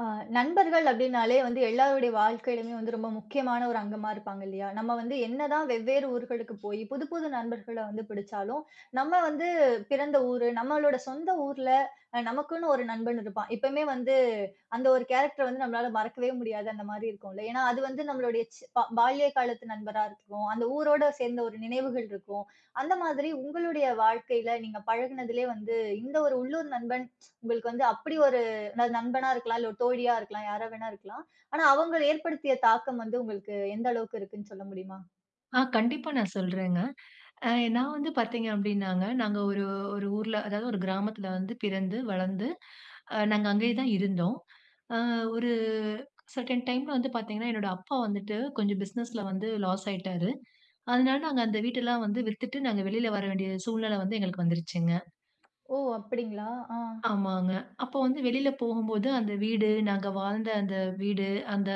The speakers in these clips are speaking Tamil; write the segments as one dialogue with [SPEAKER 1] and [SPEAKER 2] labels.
[SPEAKER 1] ஆ, நண்பர்கள் அப்படின்னாலே வந்து எல்லாருடைய வாழ்க்கையிலுமே வந்து ரொம்ப முக்கியமான ஒரு அங்கமா இருப்பாங்க இல்லையா? நம்ம வந்து என்னதான் வெவ்வேறு ஊர்களுக்கு போய் புது புது நண்பர்கள வந்து பிடிச்சாலும், நம்ம வந்து பிறந்த ஊரு, நம்மளோட சொந்த ஊர்ல நமக்குன்னு ஒரு நண்பன் இருப்பான். எப்பவுமே வந்து அந்த ஒரு கேரக்டர் வந்து நம்மளால மறக்கவே முடியாது அந்த மாரி இருக்கும்ல. ஏன்னா அது வந்து நம்மளுடைய சி பா பால்ய காலத்து நண்பரா இருக்கும். அந்த ஊரோட சேர்ந்த ஒரு நினைவுகள் இருக்கும். அந்த மாதிரி உங்களுடைய வாழ்க்கையில நீங்க பழகுனதிலே வந்து இந்த ஒரு உள்ளூர் நண்பன் உங்களுக்கு வந்து அப்படி ஒரு அதாவது நண்பனா இருக்கலாம், இல்ல ஒரு தோழியா இருக்கலாம், யாரா வேணா இருக்கலாம். ஆனா அவங்க ஏற்படுத்திய தாக்கம் வந்து உங்களுக்கு எந்த அளவுக்கு இருக்குன்னு சொல்ல முடியுமா?
[SPEAKER 2] கண்டிப்பா நான் சொல்றேங்க. அ நான் வந்து பார்த்தீங்க அப்டின்னாங்க, நாங்க ஒரு ஒரு ஊர்ல அதாவது ஒரு கிராமத்துல வந்து பிறந்து, வளர்ந்து நாங்க அங்கேயே தான் இருந்தோம். அ ஒரு சர்டன் டைம்ல வந்து பார்த்தீங்கன்னா, என்னோட அப்பா வந்துட்டு கொஞ்சம் பிசினஸ்ல வந்து லாஸ் ஆயிட்டாரு. அதனால நாங்க அந்த வீட்டெல்லாம் வந்து வித்துட்டு நாங்க வெளில வர வேண்டிய சூழ்நிலை வந்து எங்களுக்கு வந்துருச்சுங்க.
[SPEAKER 1] ஓ! அப்படிங்களா? ஆ.
[SPEAKER 2] ஆமாங்க. அப்போ வந்து வெளில போகும்போது அந்த வீடு, நாங்க வாழ்ந்த அந்த வீடு, அந்த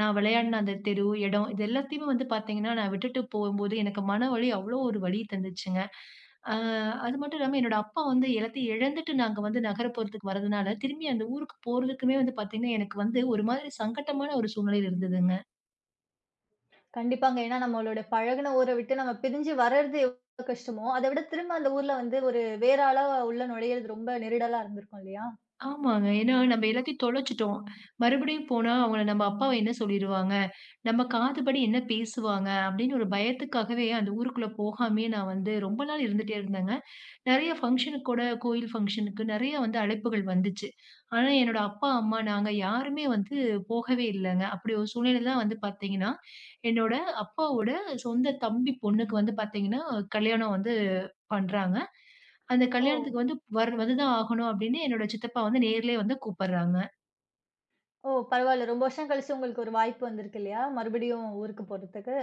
[SPEAKER 2] நான் விளையாடின அந்த தெரு, இடம் இது எல்லாத்தையுமே வந்து பார்த்தீங்கன்னா, நான் விட்டுட்டு போகும்போது எனக்கு மனவலி அவ்ளோ ஒரு வலி தந்துச்சுங்க. அ அது மட்டும் இல்லாம என்னோட அப்பா வந்து எல்லாத்தையும் இழந்துட்டு நாங்க வந்து நகரப்புறத்துக்கு வரதுனால, திரும்பி அந்த ஊருக்கு போறதுக்குமே வந்து பார்த்தீங்கன்னா, எனக்கு வந்து ஒரு மாதிரி சங்கட்டமான ஒரு சூழ்நிலையில இருந்ததுங்க.
[SPEAKER 1] கண்டிப்பாங்க. ஏன்னா நம்மளோட பழகுன ஊர விட்டு நம்ம பிரிஞ்சு வர்றது எவ்ளோ கஷ்டமோ, அத விட திரும்ப அந்த ஊர்ல வந்து ஒரு வேற ஆளா உள்ள நுழையிறது ரொம்ப நெருடலா இருந்திருக்கும் இல்லையா?
[SPEAKER 2] ஆமாங்க. ஏன்னா நம்ம எல்லாத்தையும் தொலைச்சுட்டோம். மறுபடியும் போனா அவங்கள நம்ம அப்பாவ என்ன சொல்லிருவாங்க? நம்ம காதுபடி என்ன பேசுவாங்க? அப்படின்னு ஒரு பயத்துக்காகவே அந்த ஊருக்குள்ள போகாமயே நான் வந்து ரொம்ப நாள் இருந்துட்டே இருந்தேங்க. நெறைய ஃபங்ஷனுக்கு கூட கோயில் ஃபங்ஷனுக்கு நெறைய வந்து அழைப்புகள் வந்துச்சு. ஆனா என்னோட அப்பா, அம்மா நாங்க யாருமே வந்து போகவே இல்லங்க. அப்படி ஒரு சூழ்நிலை தான் வந்து பார்த்தீங்கன்னா, என்னோட அப்பாவோட சொந்த தம்பி பொண்ணுக்கு வந்து பார்த்தீங்கன்னா, கல்யாணம் வந்து பண்றாங்க. அந்த
[SPEAKER 1] ஓ!
[SPEAKER 2] கல்யாணத்துக்கு வந்து தான் ஆகணும் அப்படின்னு என்னோட சித்தப்பா வந்து நேர்லயே வந்து கூப்பட்றாங்க.
[SPEAKER 1] ஓ! பரவால்ல. ரொம்ப வருஷம் கழிச்சு உங்களுக்கு ஒரு வாய்ப்பு வந்திருக்கு இல்லையா? மறுபடியும் ஊருக்கு போறதுக்கு.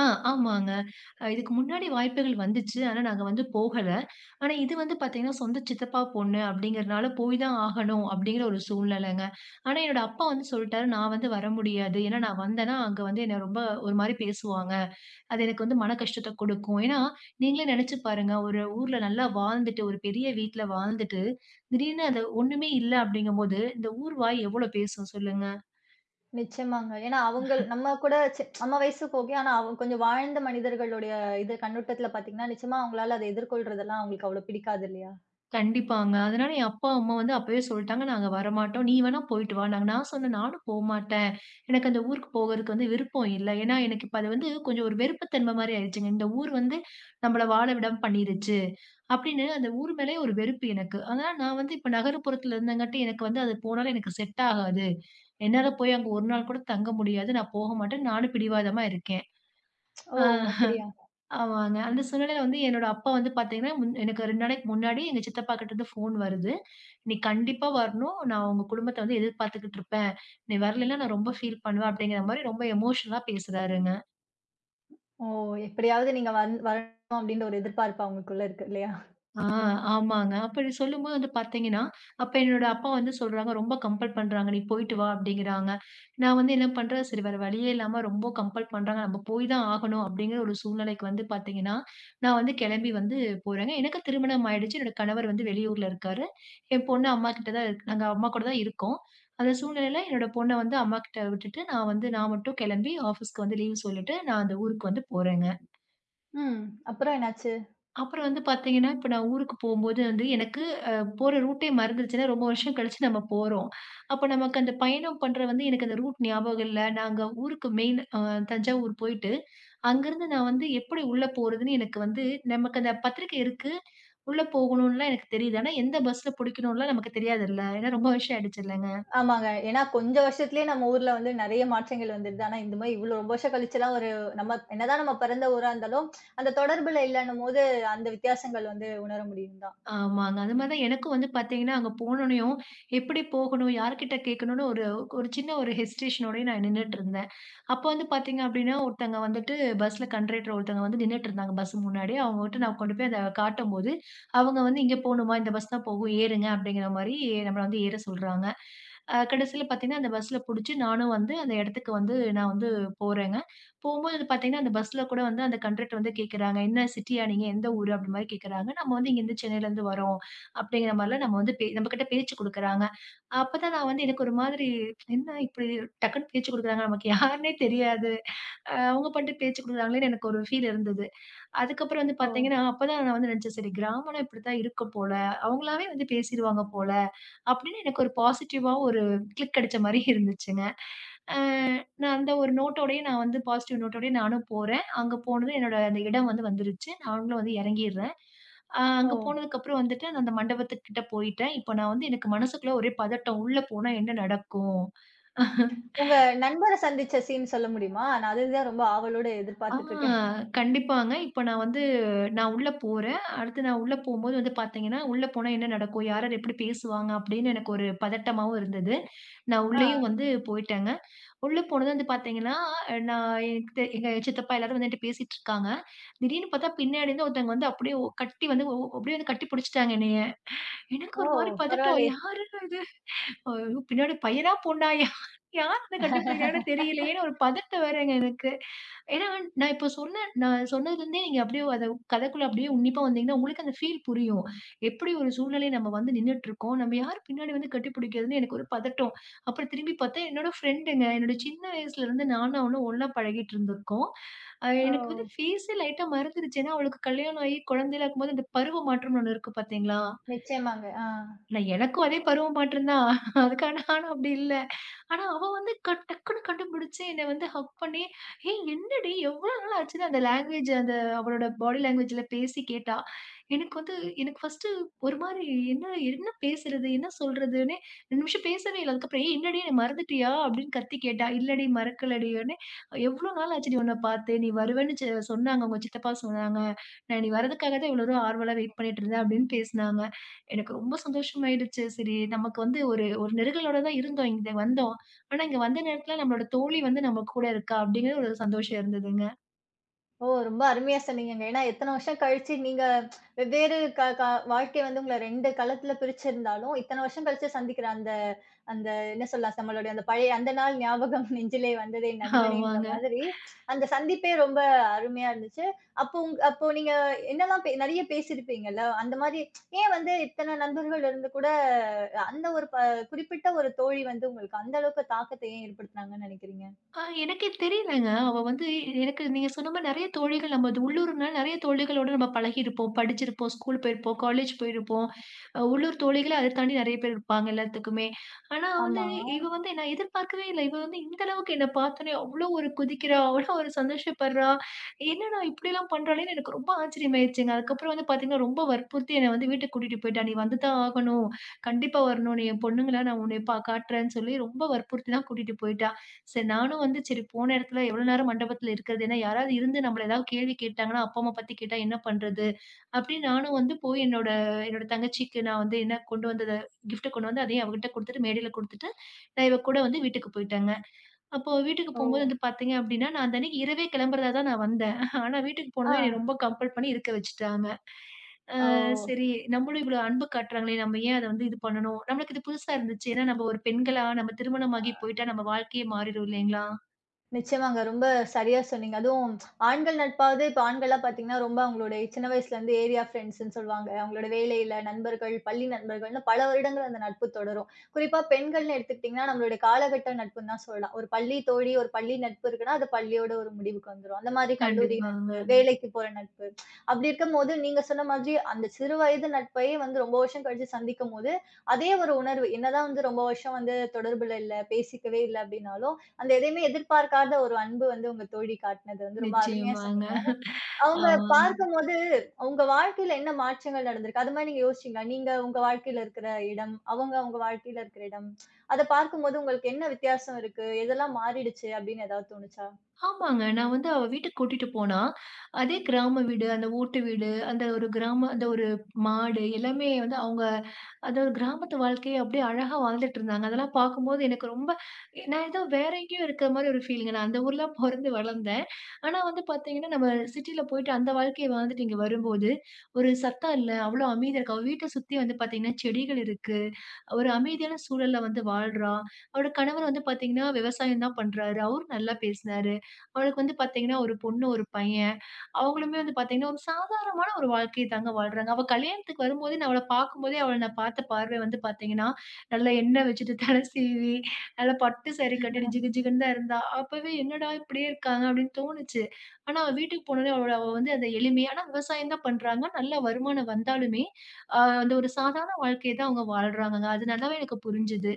[SPEAKER 2] ஆ, ஆமாங்க. இதுக்கு முன்னாடி வாய்ப்புகள் வந்துச்சு. ஆனா, நாங்க வந்து போகல. ஆனா, இது வந்து பார்த்தீங்கன்னா, சொந்த சித்தப்பா பொண்ணு அப்படிங்கிறனால போய் தான் ஆகணும் அப்படிங்கிற ஒரு சூழ்நிலைங்க. ஆனா, என்னோட அப்பா வந்து சொல்ட்டாரு, "நான் வந்து வர முடியாது. ஏன்னா, நான் வந்தேன்னா, அங்க வந்து என்ன ரொம்ப ஒரு மாரி பேசுவாங்க. அது எனக்கு வந்து மன கஷ்டத்த கொடுக்கும்." ஏன்னா, நீங்களே நெனச்சு பாருங்க. ஒரு ஊர்ல நல்லா வாழ்ந்துட்டு, ஒரு பெரிய வீட்ல வாழ்ந்துட்டு, திடீர்னு அது ஒண்ணுமே இல்ல அப்படிங்கும்போது, இந்த ஊர் வாய் எவ்வளோ பேசும் சொல்லுங்க?
[SPEAKER 1] நிச்சயமாங்க. ஏன்னா அவங்கள் நம்ம கூட நம்ம வயசுக்கு ஓகே. ஆனா அவ கொஞ்சம் வாழ்ந்த மனிதர்களுடைய இது கண்ணோட்டத்துல பார்த்தீங்கன்னா, நிச்சயமா அவங்களால அத எதிர்கொள்றதெல்லாம் அவங்களுக்கு அவ்வளோ பிடிக்காது இல்லையா?
[SPEAKER 2] கண்டிப்பாங்க. அதனால என் அப்பா, அம்மா வந்து அப்பவே சொல்ட்டாங்க, "நாங்க வரமாட்டோம். நீ வேணா போயிட்டு வா." நான் சொன்னேன், "நானும் போமாட்டேன். எனக்கு அந்த ஊருக்கு போகறதுக்கு வந்து விருப்பம் இல்ல." ஏன்னா, எனக்கு இப்ப அது வந்து கொஞ்சம் ஒரு வெறுப்புத்தன்மை மாரி ஆயிடுச்சுங்க. இந்த ஊர் வந்து நம்மள வாழ விடாம பண்ணிருச்சு. அப்படின்னு அந்த ஊர் மேலயே ஒரு வெறுப்பு எனக்கு. அதனால நான் வந்து இப்ப நகரப்புறத்துல இருந்தங்காட்டி, எனக்கு வந்து அது போனாலும் எனக்கு செட் ஆகாது. என்னால போய் அங்க ஒரு நாள் கூட தங்க முடியாது. நான் போக மாட்டேன். நானும் பிடிவாதமா இருக்கேன்.
[SPEAKER 1] ஓ!
[SPEAKER 2] ஆ.
[SPEAKER 1] அப்படியா?
[SPEAKER 2] ஆமாங்க. அந்த சூழ்நிலையில வந்து என்னோட அப்பா வந்து பார்த்தீங்கன்னா, எனக்கு 2 நாளைக்கு முன்னாடி எங்க சித்தப்பாகிட்டருந்து ஃபோன் வருது. "நீ கண்டிப்பா வரணும். நான் உங்க குடும்பத்த வந்து எதிர்பார்த்துக்கிட்டு இருப்பேன். நீ வரலைன்னா நான் ரொம்ப ஃபீல் பண்ணுவேன்." அப்படிங்கிற மாரி ரொம்ப எமோஷனலா பேசுறாருங்க.
[SPEAKER 1] ஓ! எப்படியாவது நீங்க வரணும் அப்படின்ற ஒரு எதிர்பார்ப்பு அவங்களுக்குள்ள இருக்கு இல்லையா?
[SPEAKER 2] ஆ ஆமாங்க. அப்படி சொல்லும்போது வந்து பார்த்தீங்கன்னா, அப்ப என்னோட அப்பா வந்து சொல்றாங்க, "ரொம்ப கம்பல் பண்றாங்க. நீ போயிட்டு வா" அப்படிங்கிறாங்க. நான் வந்து என்ன பண்றேன், சரி வேற வழியே இல்லாம ரொம்ப கம்பல் பண்றாங்க. நம்ம போய் தான் ஆகணும் அப்படிங்கிற ஒரு சூழ்நிலைக்கு வந்து பார்த்தீங்கன்னா, நான் வந்து கிளம்பி வந்து போறேங்க. எனக்கு திருமணம் ஆயிடுச்சு. என்னோட கணவர் வந்து வெளியூர்ல இருக்காரு. என் பொண்ணு அம்மாகிட்ட தான் இருக்கு. நாங்க அம்மா கூட தான் இருக்கோம். அந்த சூழ்நிலையில என்னோட பொண்ண வந்து அம்மாகிட்ட விட்டுட்டு, நான் மட்டும் கிளம்பி ஆஃபீஸ்க்கு வந்து லீவ் சொல்லிட்டு, நான் அந்த ஊருக்கு வந்து போறேங்க.
[SPEAKER 1] ம். அப்புறம் என்னாச்சு?
[SPEAKER 2] அப்புறம் வந்து பார்த்தீங்கன்னா, இப்ப நான் ஊருக்கு போம்போது வந்து எனக்கு அ போற ரூட்டே மறந்துருச்சுன்னா, ரொம்ப வருஷம் கழிச்சு நம்ம போறோம். அப்ப நமக்கு அந்த பயணம் பண்ற வந்து எனக்கு அந்த ரூட் ஞாபகம் இல்ல. நாங்க ஊருக்கு மெயின் தஞ்சாவூர் போயிட்டு, அங்கருந்து நான் வந்து எப்படி உள்ள போறதுன்னு எனக்கு வந்து நமக்கு அந்த பத்திரிக்கை இருக்கு. உள்ள போகணும்லாம் எனக்கு தெரியுது. ஆனா, எந்த பஸ்ல புடிக்கணும்லாம் நமக்கு தெரியாதுல்ல. ஏன்னா ரொம்ப வருஷம் ஆயிடுச்சு இல்லங்க.
[SPEAKER 1] ஆமாங்க. ஏன்னா கொஞ்சம் வருஷத்துலயே நம்ம ஊர்ல வந்து நெறைய மாற்றங்கள் வந்துருது. ஆனா இந்த மாரி இவ்வளோ ரொம்ப வருஷம் கழிச்சுலாம் ஒரு நம்ம என்னதான் நம்ம பிறந்த ஊரா இருந்தாலும், அந்த தொடர்புல இல்லன்னும்போது அந்த வித்தியாசங்கள் வந்து உணர முடியும் தான்.
[SPEAKER 2] ஆமாங்க. அது மாரி தான் எனக்கும் வந்து பார்த்தீங்கன்னா, அங்க போனோனயும் எப்படி போகணும், யார்கிட்ட கேட்கணும்னு ஒரு ஒரு சின்ன ஒரு ஹெசிடேஷனோடயே நான் நின்னுட்டுருந்தேன். அப்ப வந்து பார்த்தீங்க அப்டின்னா, ஒருத்தங்க வந்துட்டு பஸ்ல கண்டக்டர் ஒருத்தங்க வந்து நின்னுட்டுருந்தாங்க பஸ் முன்னாடி. அவங்ககிட்ட நான் கொண்டு போய் அத காட்டும்போது, அவங்க வந்து "இங்க போணுமா? இந்த பஸ் தான் போகும். ஏறுங்க" அப்டிங்கிற மாரி நம்மள வந்து ஏற சொல்றாங்க. கடைசில பார்த்தீங்கன்னா, அந்த பஸ்ல புடிச்சு நானும் வந்து அந்த இடத்துக்கு வந்து நான் வந்து போறேங்க. போம்போது பார்த்தீங்கன்னா, அந்த பஸ்ல கூட வந்து அந்த கண்டக்டர் வந்து கேட்கறாங்க, "என்ன சிட்டியா நீங்க? எந்த ஊரு?" அப்டி மாரி கேட்கறாங்க. நம்ம வந்து இங்கேருந்து சென்னையிலேருந்து வரோம் அப்டிங்கிற மாரிலாம் நம்ம வந்து நம்மகிட்ட பேச்சு குடுக்குறாங்க. அப்பதான் நான் வந்து எனக்கு ஒரு மாதிரி என்ன இப்டி டக்குன்னு பேச்சு குடுக்குறாங்க. நமக்கு யாருன்னே தெரியாது. அவங்க பாட்டுக்கு பேச்சு குடுக்குறாங்களேன்னு எனக்கு ஒரு ஃபீல் இருந்தது. அதுக்கப்புறம் வந்து
[SPEAKER 1] ஓ!
[SPEAKER 2] பார்த்தீங்கன்னா, அப்பதான் நான் வந்து நினைச்சேன், சரி கிராமம்னா இப்படித்தான் இருக்கும் போல. அவங்களாவே வந்து பேசிருவாங்க போல. அப்படின்னு எனக்கு ஒரு பாசிட்டிவா ஒரு கிளிக் அடிச்ச மாரி இருந்துச்சுங்க. நான் அந்த ஒரு நோட்டோடயே நான் வந்து பாசிட்டிவ் நோட்டோடயே நானும் போறேன். அங்க போனதும் என்னோட அந்த இடம் வந்து வந்துருச்சு. நாங்களும் வந்து இறங்கிர்றேன்.
[SPEAKER 1] ஓ!
[SPEAKER 2] அங்க போனதுக்கப்புறம் வந்துட்டு நான் அந்த மண்டபத்துக்கிட்ட போயிட்டேன். இப்ப நான் வந்து எனக்கு மனசுக்குள்ள ஒரே பதட்டம். உள்ள போனா என்ன நடக்கும்?
[SPEAKER 1] உங்க நண்பர சந்திச்ச சீன் சொல்ல முடியுமா? நான் அதுதான் ரொம்ப ஆவலோட
[SPEAKER 2] ஆ
[SPEAKER 1] எதிர்பார்த்துட்டு இருக்கேன்.
[SPEAKER 2] கண்டிப்பாங்க. இப்ப நான் உள்ள போறேன். அடுத்து நான் உள்ள போம்போது வந்து பார்த்தீங்கன்னா, உள்ள போனா என்ன நடக்கும்? யார், யார் எப்படி பேசுவாங்க? அப்படின்னு எனக்கு ஒரு பதட்டமாவும் இருந்தது. நான் உள்ளேயும்
[SPEAKER 1] ஆ.
[SPEAKER 2] வந்து போயிட்டேங்க. உள்ள போனது வந்து பார்த்தீங்கன்னா, நான் எனக்கு தெ எங்க சித்தப்பா எல்லாரும் வந்து என்ட்ட பேசிட்டு இருக்காங்க. திடீர்னு பார்த்தா பின்னாடி இருந்து ஒருத்தவங்க வந்து அப்படியே ஒ- கட்டி வந்து ஒ அப்படியே வந்து கட்டி புடிச்சுட்டாங்க என்னைய. எனக்கு
[SPEAKER 1] ஓ!
[SPEAKER 2] ஒரு மாரி பதட்டம்.
[SPEAKER 1] பரவாயில்லயே!
[SPEAKER 2] யாருடா இது? ஐயோ! பின்னாடி பையனா? பொண்ணாயா? யார் அத கண்டுபிடிக்கிறாங்கன்னு தெரியலையேன்னு ஒரு பதட்டம் வேறங்க எனக்கு. ஏன்னா, நான் சொன்னதுலேருந்தே நீங்க அப்படியே அத கதைக்குள்ள அப்படியே உன்னிப்பா வந்தீங்கன்னா, உங்களுக்கு அந்த ஃபீல் புரியும். எப்படி ஒரு சூழ்நிலை நம்ம வந்து நின்னுட்டுருக்கோம். நம்ம யார் பின்னாடி வந்து கட்டிப்பிடிக்கிறதுன்னு எனக்கு ஒரு பதட்டம். அப்புறம் திரும்பி பார்த்தா என்னோட ஃப்ரெண்டுங்க. என்னோட சின்ன வயசுலேருந்து நானும் அவளும் ஒண்ணா பழகிட்டு இருந்திருக்கோம்.
[SPEAKER 1] ஓ!
[SPEAKER 2] எனக்கு வந்து ஃபேஸே லைட்டா மறந்துருச்சு. ஏன்னா, அவளுக்கு கல்யாணம் ஆகி குழந்தைலாம் இருக்கும்போது அந்த பருவ மாற்றம்னு ஒண்ணு இருக்கு பார்த்தீங்களா?
[SPEAKER 1] நிச்சயமாங்க. ஆ.
[SPEAKER 2] இல்ல எனக்கும் அதே பருவ மாற்றம் தான். அதுக்கு ஆனா அப்படி இல்ல. ஆனா, அவ வந்து டக்குனு கண்டுபிடிச்சு என்ன வந்து ஹக் பண்ணி, "ஏய் என்னடி எவ்ளோ நாள் ஆச்சுன்னு" அந்த லாங்குவேஜ் அந்த அவளோட பாடி லாங்குவேஜ்ல பேசி கேட்டா. எனக்கு வந்து எனக்கு ஃபர்ஸ்ட்டு ஒரு மாரி என்ன என்ன பேசுறது? என்ன சொல்றதுன்னே 2 நிமிஷம் பேசவே இல்ல. அதுக்கப்புறம் "ஏய் என்னடி என்ன மறந்துட்டியா?" அப்படின்னு கத்தி கேட்டா. "இல்லடி மறக்கலடின்னே" "எவ்ளோ நாள் ஆச்சுடி உன்ன பார்த்து? நீ வருவேன்னு சொன்னாங்க. உங்க சித்தப்பா சொன்னாங்க. நான் நீ வர்றதுக்காக தான் இவ்ளோ தூரம் ஆர்வலா வெயிட் பண்ணிட்டு இருந்தேன்" அப்படின்னு பேசுனாங்க. எனக்கு ரொம்ப சந்தோஷமாயிடுச்சு. சரி நமக்கு வந்து ஒரு ஒரு நெருடலோட தான் இருந்தோம். இங்க வந்தோம். ஆனா, இங்க வந்த நேரத்துல நம்மளோட தோழி வந்து நம்ம கூட இருக்கா! அப்டிங்கிற ஒரு சந்தோஷம் இருந்ததுங்க.
[SPEAKER 1] ஓ! ரொம்ப அருமையா சொன்னீங்கங்க. ஏன்னா எத்தன வருஷம் கழிச்சு நீங்க வெவ்வேறு க க வாழ்க்கை வந்து உங்கள 2 களத்துல பிரிச்சிருந்தாலும், இத்தன வருஷம் கழிச்சு சந்திக்கிற அந்த அந்த என்ன சொல்லலாம்? நம்மளுடைய அந்த பழைய அந்த நாள் ஞாபகம் நெஞ்சிலே வந்ததே நண்பனேன்ற
[SPEAKER 2] ஆமாங்க.
[SPEAKER 1] மாதிரி, அந்த சந்திப்பே ரொம்ப அருமையா இருந்துச்சு. அப்போ அப்போ நீங்க என்னலாம் நெறைய பேசியிருப்பீங்கல்ல? அந்த மாரி ஏன் வந்து இத்தன நண்பர்கள் இருந்து கூட, அந்த ஒரு குறிப்பிட்ட ஒரு தோழி வந்து உங்களுக்கு அந்த அளவுக்கு தாக்கத்த ஏன் ஏற்படுத்துனாங்கன்னு நெனைக்கிறீங்க?
[SPEAKER 2] எனக்கே தெரியலங்க. அவ வந்து எனக்கு நீங்க சொன்ன மாரி நெறைய தோழிகள் நம்ம அது உள்ளூர்னால நெறைய தோழிகளோட நம்ம பழகியிருப்போம், படிச்சிருப்போம், ஸ்கூல் போயிருப்போம், காலேஜ் போயிருப்போம். உள்ளூர் தோழிகள அத தாண்டி நெறைய பேர் இருப்பாங்க எல்லாத்துக்குமே. ஆனா வந்து
[SPEAKER 1] ஆமா.
[SPEAKER 2] இவ வந்து நான் எதிர்பார்க்கவே இல்ல. இவ வந்து இந்த அளவுக்கு என்ன பார்த்தோனே அவ்ளோ ஒரு குதிக்கிறா, அவ்ளோ ஒரு சந்தோஷப்படுறா. என்னடா இப்படிலாம் பண்றாளேன்னு எனக்கு ரொம்ப ஆச்சரியமாயிருச்சுங்க. அதுக்கப்புறம் வந்து பார்த்தீங்கன்னா, ரொம்ப வற்புறுத்தி என்ன வந்து வீட்டுக்கு கூட்டிட்டு போயிட்டா. "நீ வந்து தான் ஆகணும். கண்டிப்பா வரணும். நீ என் பொண்ணுங்களா நான் உன்னைய காட்டுறேன்னு" சொல்லி ரொம்ப வற்புறுத்தி தான் கூட்டிட்டு போயிட்டா. சரி நானும் வந்து சரி போன இடத்துல எவ்வளோ நேரம் மண்டபத்துல இருக்கிறது? ஏன்னா யாராவது இருந்து நம்மள ஏதாவது கேள்வி கேட்டாங்கன்னா, அப்பா, அம்மா பத்தி கேட்டா என்ன பண்றது? அப்படின்னு நானும் வந்து போய் என்னோட என்னோட தங்கச்சிக்கு நான் வந்து என்ன கொண்டு வந்தத கிஃப்ட் கொண்டு வந்து அதையும் அவகிட்ட குடுத்துட்டு மேடையில குடுத்துட்டு, நான் இவ கூட வந்து வீட்டுக்கு போயிட்டேங்க. அப்போ வீட்டுக்கு
[SPEAKER 1] ஓ!
[SPEAKER 2] போம்போது வந்து பார்த்தீங்க அப்படின்னா, நான் அந்த அன்னைக்கு இரவே கிளம்புறதா தான் நான் வந்தேன். ஆனா வீட்டுக்கு
[SPEAKER 1] ஆ.
[SPEAKER 2] போனதும் என்னைய ரொம்ப கம்பல் பண்ணி இருக்க வச்சுட்டாங்க.
[SPEAKER 1] ஓ!
[SPEAKER 2] சரி நம்மளும் இவ்வளோ அன்பு காட்டுறாங்களே, நம்ம ஏன் அத வந்து இது பண்ணணும்? நம்மளுக்கு இது புதுசா இருந்துச்சு. ஏன்னா நம்ம ஒரு பெண்களா நம்ம திருமணமாகி போயிட்டா நம்ம வாழ்க்கையே மாறிடும் இல்லைங்களா?
[SPEAKER 1] நிச்சயமாங்க. ரொம்ப சரியா சொன்னீங்க. அதுவும் ஆண்கள் நட்பாவது இப்ப ஆண்கள்லாம் பார்த்தீங்கன்னா, ரொம்ப அவங்களுடைய சின்ன வயசுலேருந்து ஏரியா ஃப்ரெண்ட்ஸ்ன்னு சொல்லுவாங்க. அவங்களோட வேலையில நண்பர்கள், பள்ளி நண்பர்கள்னு பல வருடங்கள் அந்த நட்பு தொடரும். குறிப்பா பெண்கள்னு எடுத்துக்கிட்டிங்கன்னா, நம்மளுடைய காலகட்ட நட்புன்னு தான் சொல்லலாம். ஒரு பள்ளி தோழி, ஒரு பள்ளி நட்பு இருக்குன்னா, அது பள்ளியோட ஒரு முடிவுக்கு வந்துரும். அந்த மாதிரி கல்லூரி நட்பு,
[SPEAKER 2] கண்டிப்பாங்க.
[SPEAKER 1] வேலைக்கு போற நட்பு. அப்படி இருக்கும்போது நீங்க சொன்ன மாதிரி அந்த சிறு வயது நட்பையே வந்து ரொம்ப வருஷம் கழிச்சு சந்திக்கும்போது, அதே ஒரு உணர்வு. என்னதான் வந்து ரொம்ப வருஷம் வந்து தொடர்புல இல்ல, பேசிக்கவே இல்ல அப்படின்னாலும், அந்த எதையுமே எதிர்பார்க்காத ஒரு அன்பு வந்து உங்க தோழி காட்டுனது வந்து ரொம்ப அருமையா
[SPEAKER 2] நிச்சயமாங்க.
[SPEAKER 1] சொன்னீங்க. அவங்க
[SPEAKER 2] ஆமாங்க.
[SPEAKER 1] பார்க்கும்போது உங்க வாழ்க்கையில என்ன மாற்றங்கள் நடந்திருக்கு? அது மாரி நீங்க யோசிச்சீங்களா? நீங்க உங்க வாழ்க்கையில இருக்கிற இடம், அவங்க அவங்க வாழ்க்கையில இருக்கிற இடம், அத பார்க்கும்போது உங்களுக்கு என்ன வித்தியாசம் இருக்கு? எதெல்லாம் மாறிடுச்சு? அப்படின்னு ஏதாவது தோணுச்சா?
[SPEAKER 2] ஆமாங்க. நான் வந்து அவ வீட்டுக்கு கூட்டிட்டு போனா, அதே கிராம வீடு, அந்த ஓட்டு வீடு, அந்த ஒரு கிராம அந்த ஒரு மாடு எல்லாமே வந்து அவங்க அந்த ஒரு கிராமத்து வாழ்க்கைய அப்படியே அழகா வாழ்ந்துட்டு இருந்தாங்க. அதெல்லாம் பார்க்கும்போது எனக்கு ரொம்ப நான் ஏதோ வேற எங்கேயோ இருக்கிற மாரி ஒரு ஃபீலிங்க. நான் அந்த ஊர்ல பொறந்து வளர்ந்தேன். ஆனா வந்து பார்த்தீங்கன்னா, நம்ம சிட்டில போயிட்டு அந்த வாழ்க்கைய வாழ்ந்துட்டு இங்க வரும்போது, ஒரு சத்தம் இல்ல, அவ்வளோ அமைதியா இருக்கு. அவ வீட்ட சுத்தி வந்து பார்த்தீங்கன்னா, செடிகள் இருக்கு. ஒரு அமைதியான சூழல்ல வந்து வாழ்றா. அவளோட கணவர் வந்து பார்த்தீங்கன்னா, விவசாயம் தான் பண்றாரு. அவரும் நல்லா பேசினாரு. அவளுக்கு வந்து பாத்தீங்கன்னா, ஒரு பொண்ணு, ஒரு பையன். அவங்களுமே வந்து பாத்தீங்கன்னா, ஒரு சாதாரணமான ஒரு வாழ்க்கைய தாங்க வாழ்றாங்க. அவ கல்யாணத்துக்கு வரும்போதே நான் அவள பாக்கும்போதே, அவள நான் பார்த்த பார்வை வந்து பாத்தீங்கன்னா, நல்லா எண்ணெய் வச்சுட்டு தல சீவி, நல்லா பட்டு சாரி கட்டிட்டு ஜிகு ஜிகுன்னு தான் இருந்தா. அப்பவே என்னடா இப்படியே இருக்காங்க அப்படின்னு தோணுச்சு. ஆனா அவ வீட்டுக்கு போனோனே அவளோட அவ வந்து அந்த எளிமையா ஆனா விவசாயம் தான் பண்றாங்க. நல்ல வருமானம் வந்தாலுமே, அந்த ஒரு சாதாரண வாழ்க்கைய தான் அவங்க வாழ்றாங்கங்க. அது நல்லாவே எனக்கு புரிஞ்சுது.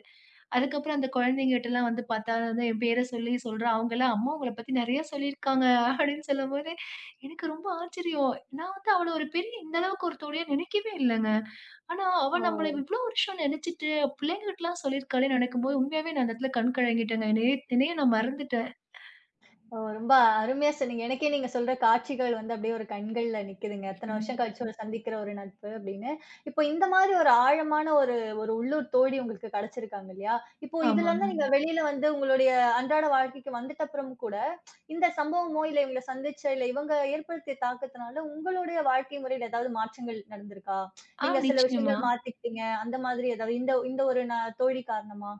[SPEAKER 2] அதுக்கப்புறம் அந்த குழந்தைங்கட்டலாம் வந்து பார்த்தா வந்து என் பேர சொல்லி சொல்றா. அவங்கலாம், "அம்மா உங்கள பத்தி நெறைய சொல்லியிருக்காங்க" அப்படின்னு சொல்லும்போது, எனக்கு ரொம்ப ஆச்சரியம். நான் வந்து அவள ஒரு பெரிய இந்த அளவுக்கு ஒரு தோழியா நினைக்கவே இல்லங்க. ஆனா அவ
[SPEAKER 1] ஓ!
[SPEAKER 2] நம்மள இவ்ளோ வருஷம் நினைச்சுட்டு, பிள்ளைங்கட்டலாம் சொல்லியிருக்காளேன்னு நெனைக்கும்போது, உண்மையாவே நான் அந்த இடத்துல கண் கலங்கிட்டேங்க. என்னையே என்னையே நான் மறந்துட்டேன்.
[SPEAKER 1] ஓ! ரொம்ப அருமையா சொன்னீங்க. எனக்கே நீங்க சொல்ற காட்சிகள் வந்து அப்படியே ஒரு கண்கள்ல நிக்குதுங்க. "எத்தனை வருஷம்
[SPEAKER 2] ம்.
[SPEAKER 1] கழிச்சு ஒரு சந்திக்கிற ஒரு நட்பு" அப்படின்னு. இப்போ இந்த மாதிரி ஒரு ஆழமான ஒரு ஒரு உள்ளூர் தோழி உங்களுக்கு கிடைச்சிருக்காங்க இல்லையா? இப்போ
[SPEAKER 2] ஆமாங்க.
[SPEAKER 1] இதுலருந்து நீங்க வெளியில வந்து உங்களுடைய அன்றாட வாழ்க்கைக்கு வந்துட்ட அப்புறம் கூட, இந்த சம்பவமோ, இல்ல இவங்கள சந்திச்ச, இல்ல இவங்க ஏற்படுத்திய தாக்கத்தினால உங்களுடைய வாழ்க்கை முறையில ஏதாவது மாற்றங்கள் நடந்திருக்கா? நீங்க சில
[SPEAKER 2] நிச்சயமா.
[SPEAKER 1] விஷயங்கள் மாத்திக்கிட்டீங்க, அந்த மாதிரி ஏதாவது இந்த இந்த ஒரு தோழி காரணமா?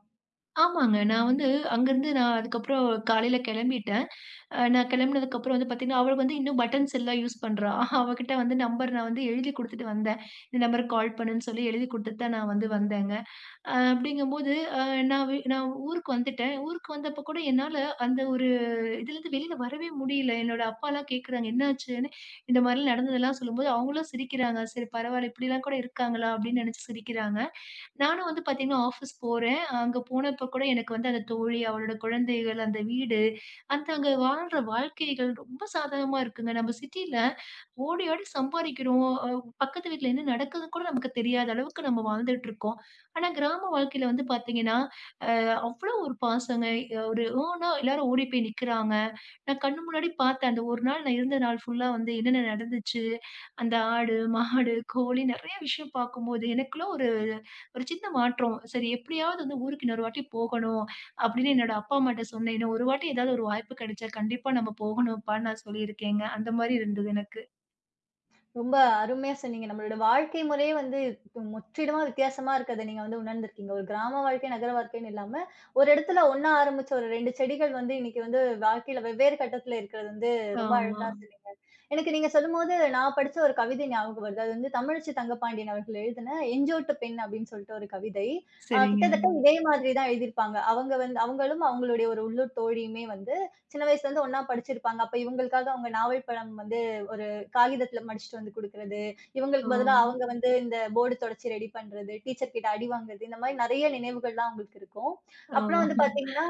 [SPEAKER 2] ஆமாங்க. நான் வந்து அங்கருந்து நான் அதுக்கப்புறம் காலையில கெளம்பிட்டேன். நான் கிளம்புனதுக்கு அப்புறம் வந்து பார்த்தீங்கன்னா, அவ வந்து இன்னும் பட்டன்ஸ் எல்லாம் யூஸ் பண்றா. அவகிட்ட வந்து நம்பர் நான் வந்து எழுதி குடுத்துட்டு வந்தேன். இந்த நம்பருக்கு கால் பண்ணுன்னு சொல்லி எழுதி குடுத்துட்டு தான் நான் வந்து வந்தேங்க. அப்படிங்கும்போது அ நான் வி நான் ஊருக்கு வந்துட்டேன். ஊருக்கு வந்தப்ப கூட என்னால அந்த ஒரு இதுலேருந்து வெளியில வரவே முடியல. என்னோட அப்பாலாம் கேட்குறாங்க, "என்னாச்சுன்னு?" இந்த மாரிலாம் நடந்ததெல்லாம் சொல்லும்போது, அவங்களும் சிரிக்கிறாங்க. சரி பரவாயில்ல இப்படிலாம் கூட இருக்காங்களா? அப்படின்னு நினைச்சு சிரிக்கிறாங்க. நானும் வந்து பார்த்தீங்கன்னா, ஆஃபீஸ் போறேன். அங்க போனப்ப கூட எனக்கு வந்து அந்த தோழி, அவளோட குழந்தைகள், அந்த வீடு, அந்த அங்க வாழ்ற வாழ்க்கைகள் ரொம்ப சாதகமா இருக்குங்க. நம்ம சிட்டில ஓடி ஆடி சம்பாரிக்கிறோம். பக்கத்து வீட்ல என்ன நடக்குதுன்னு கூட நமக்கு தெரியாத அளவுக்கு நம்ம வாழ்ந்துட்டு இருக்கோம். ஆனா கிராம வாழ்க்கையில வந்து பார்த்தீங்கன்னா, அ அவ்ளோ ஒரு பாசங்க. ஒரு ஓனா எல்லாரும் ஓடி போய் நிக்கிறாங்க. நான் கண்ணு முன்னாடி பார்த்தேன். அந்த ஒரு நாள் நான் இருந்த நாள் ஃபுல்லா வந்து என்னென்ன நடந்துச்சு, அந்த ஆடு, மாடு, கோழி நெறைய விஷயம் பார்க்கும்போது, எனக்குள்ள ஒரு ஒரு சின்ன மாற்றம். சரி எப்படியாவது வந்து ஊருக்கு இன்னொரு வாட்டி போகணும் அப்படின்னு என்னோட அப்பா, அம்மாட்ட சொன்னேன். இன்னும் ஒரு வாட்டி ஏதாவது ஒரு வாய்ப்பு கிடைச்சா கண்டிப்பா நம்ம போகணும்ப்பான்னு நான் சொல்லியிருக்கேங்க. அந்த மாரி இருந்தது எனக்கு.
[SPEAKER 1] ரொம்ப அருமையா சொன்னீங்க. நம்மளோட வாழ்க்கை முறையே வந்து முற்றிலுமா வித்தியாசமா இருக்கிறத நீங்க வந்து உணர்ந்திருக்கீங்க. ஒரு கிராம வாழ்க்கை, நகர வாழ்க்கைன்னு இல்லாம, ஒரு இடத்துல ஒண்ணா ஆரம்பிச்ச ஒரு 2 செடிகள் வந்து இன்னைக்கு வந்து வாழ்க்கையில வெவ்வேறு கட்டத்துல இருக்கிறது வந்து ரொம்ப
[SPEAKER 2] ஆமா.
[SPEAKER 1] அழகா சொன்னீங்க. எனக்கு நீங்க சொல்லும்போது நான் படிச்ச ஒரு கவிதை ஞாபகம் வருது. அது வந்து தமிழச்சி தங்கப்பாண்டியன் அவர்கள் எழுதின "எஞ்சோட்டு பெண்" அப்படின்னு சொல்லிட்டு ஒரு கவிதை.
[SPEAKER 2] சரிங்க.
[SPEAKER 1] கிட்டத்தட்ட இதே மாதிரி தான் எழுதியிருப்பாங்க. அவங்க வந்து அவங்களும் அவங்களுடைய ஒரு உள்ளூர் தோழியுமே வந்து சின்ன வயசுல இருந்து ஒண்ணா படிச்சிருப்பாங்க. அப்ப இவங்களுக்காக அவங்க நாவல் பழம் வந்து காகிதத்துல மடிச்சுட்டு வந்து குடுக்குறது,
[SPEAKER 2] ஓ!
[SPEAKER 1] இவங்களுக்கு பதிலா அவங்க வந்து இந்த போர்டு தொடச்சு ரெடி பண்றது, டீச்சர் கிட்ட அடி வாங்குறது, இந்த மாரி நெறைய நினைவுகள்லாம் அவங்களுக்கு இருக்கும்.
[SPEAKER 2] ஓ!
[SPEAKER 1] அப்புறம் வந்து பாத்தீங்கன்னா,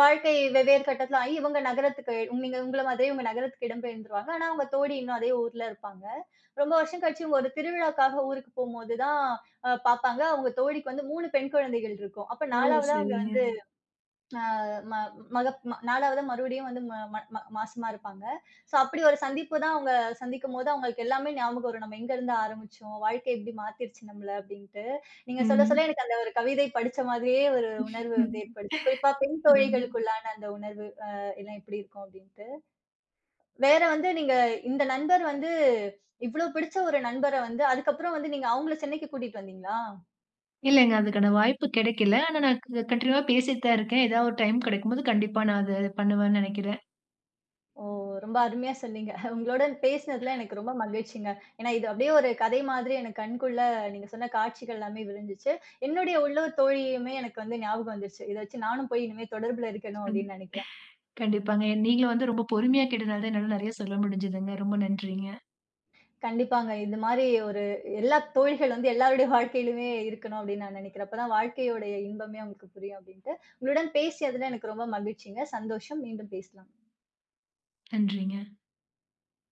[SPEAKER 1] வாழ்க்கை வெவ்வேறு கட்டத்துல ஆயி இவங்க நகரத்துக்கு நீங்க உங்கள மாதிரியே இவங்க நகரத்துக்கு இடம்பெயர்ந்துருவாங்க. ஆனா, அவங்க தோழி இன்னும் அதே ஊர்ல இருப்பாங்க. ரொம்ப வருஷம் கழிச்சு இவங்க ஒரு திருவிழாக்காக ஊருக்கு போம்போது தான் பாப்பாங்க. அவங்க தோழிக்கு வந்து 3 பெண் குழந்தைகள் இருக்கும். அப்ப
[SPEAKER 2] ஓ!
[SPEAKER 1] 4வதா அவங்க
[SPEAKER 2] சரிங்க.
[SPEAKER 1] வந்து அ ம மகப் ம 4வதா மறுபடியும் வந்து ம ம ம மாசமா இருப்பாங்க. ஸோ அப்படி ஒரு சந்திப்பு தான் அவங்க சந்திக்கும்போது, அவங்களுக்கு எல்லாமே ஞாபகம் வரும். நம்ம எங்கருந்து ஆரம்பிச்சோம்? வாழ்க்கை எப்படி மாத்திருச்சு நம்மள அப்படின்ட்டு. நீங்க சொல்ல
[SPEAKER 2] ம்.
[SPEAKER 1] சொல்ல எனக்கு அந்த ஒரு கவிதை படிச்ச மாதிரியே ஒரு உணர்வு வந்து ஏற்பட்டுச்சு. குறிப்பா பெண்
[SPEAKER 2] சரிங்க.
[SPEAKER 1] தோழிகளுக்குள்ளான அந்த உணர்வு எல்லாம் எப்படி இருக்கும் அப்படின்ட்டு. வேற வந்து நீங்க இந்த நண்பர் வந்து இவ்ளோ பிடிச்ச ஒரு நண்பர வந்து அதுக்கப்புறம் வந்து நீங்க அவங்கள சென்னைக்கு கூட்டிட்டு வந்தீங்களா?
[SPEAKER 2] இல்லங்க அதுக்கான வாய்ப்பு கிடைக்கல. ஆனா நான் கன்டினியூவா பேசிட்டு தான் இருக்கேன். ஏதாவது ஒரு டைம் கிடைக்கும்போது கண்டிப்பா நான் அத பண்ணுவேன்னு நெனைக்கிறேன்.
[SPEAKER 1] ஓ! ரொம்ப அருமையா சொன்னீங்க. உங்களுடன் பேசினதுல எனக்கு ரொம்ப மகிழ்ச்சிங்க. ஏன்னா, இது அப்படியே ஒரு கதை மாதிரி எனக்கு கண்குள்ள நீங்க சொன்ன காட்சிகள் எல்லாமே விரிஞ்சுச்சு. என்னுடைய உள்ளூர் தோழியுமே எனக்கு வந்து ஞாபகம் வந்துருச்சு. இத வச்சு நானும் போய் இனிமே தொடர்புல இருக்கணும்
[SPEAKER 2] ம்.
[SPEAKER 1] அப்படின்னு நெனைக்கிறேன்.
[SPEAKER 2] கண்டிப்பாங்க. நீங்களும் வந்து ரொம்ப பொறுமையா கேட்டனால தான் என்னால நெறைய சொல்ல முடிஞ்சதுங்க. ரொம்ப நன்றிங்க.
[SPEAKER 1] கண்டிப்பாங்க. இந்த மாரி ஒரு எல்லா தோழிகள் வந்து எல்லாருடைய வாழ்க்கையிலுமே இருக்கணும் அப்படின்னு நான் நெனைக்கிறேன். அப்பதான் வாழ்க்கையோடைய இன்பமே அவங்களுக்கு புரியும் அப்படின்ட்டு. உங்களுடன் பேசியதுல எனக்கு ரொம்ப மகிழ்ச்சிங்க. சந்தோஷம். மீண்டும் பேசலாம்.
[SPEAKER 2] நன்றிங்க.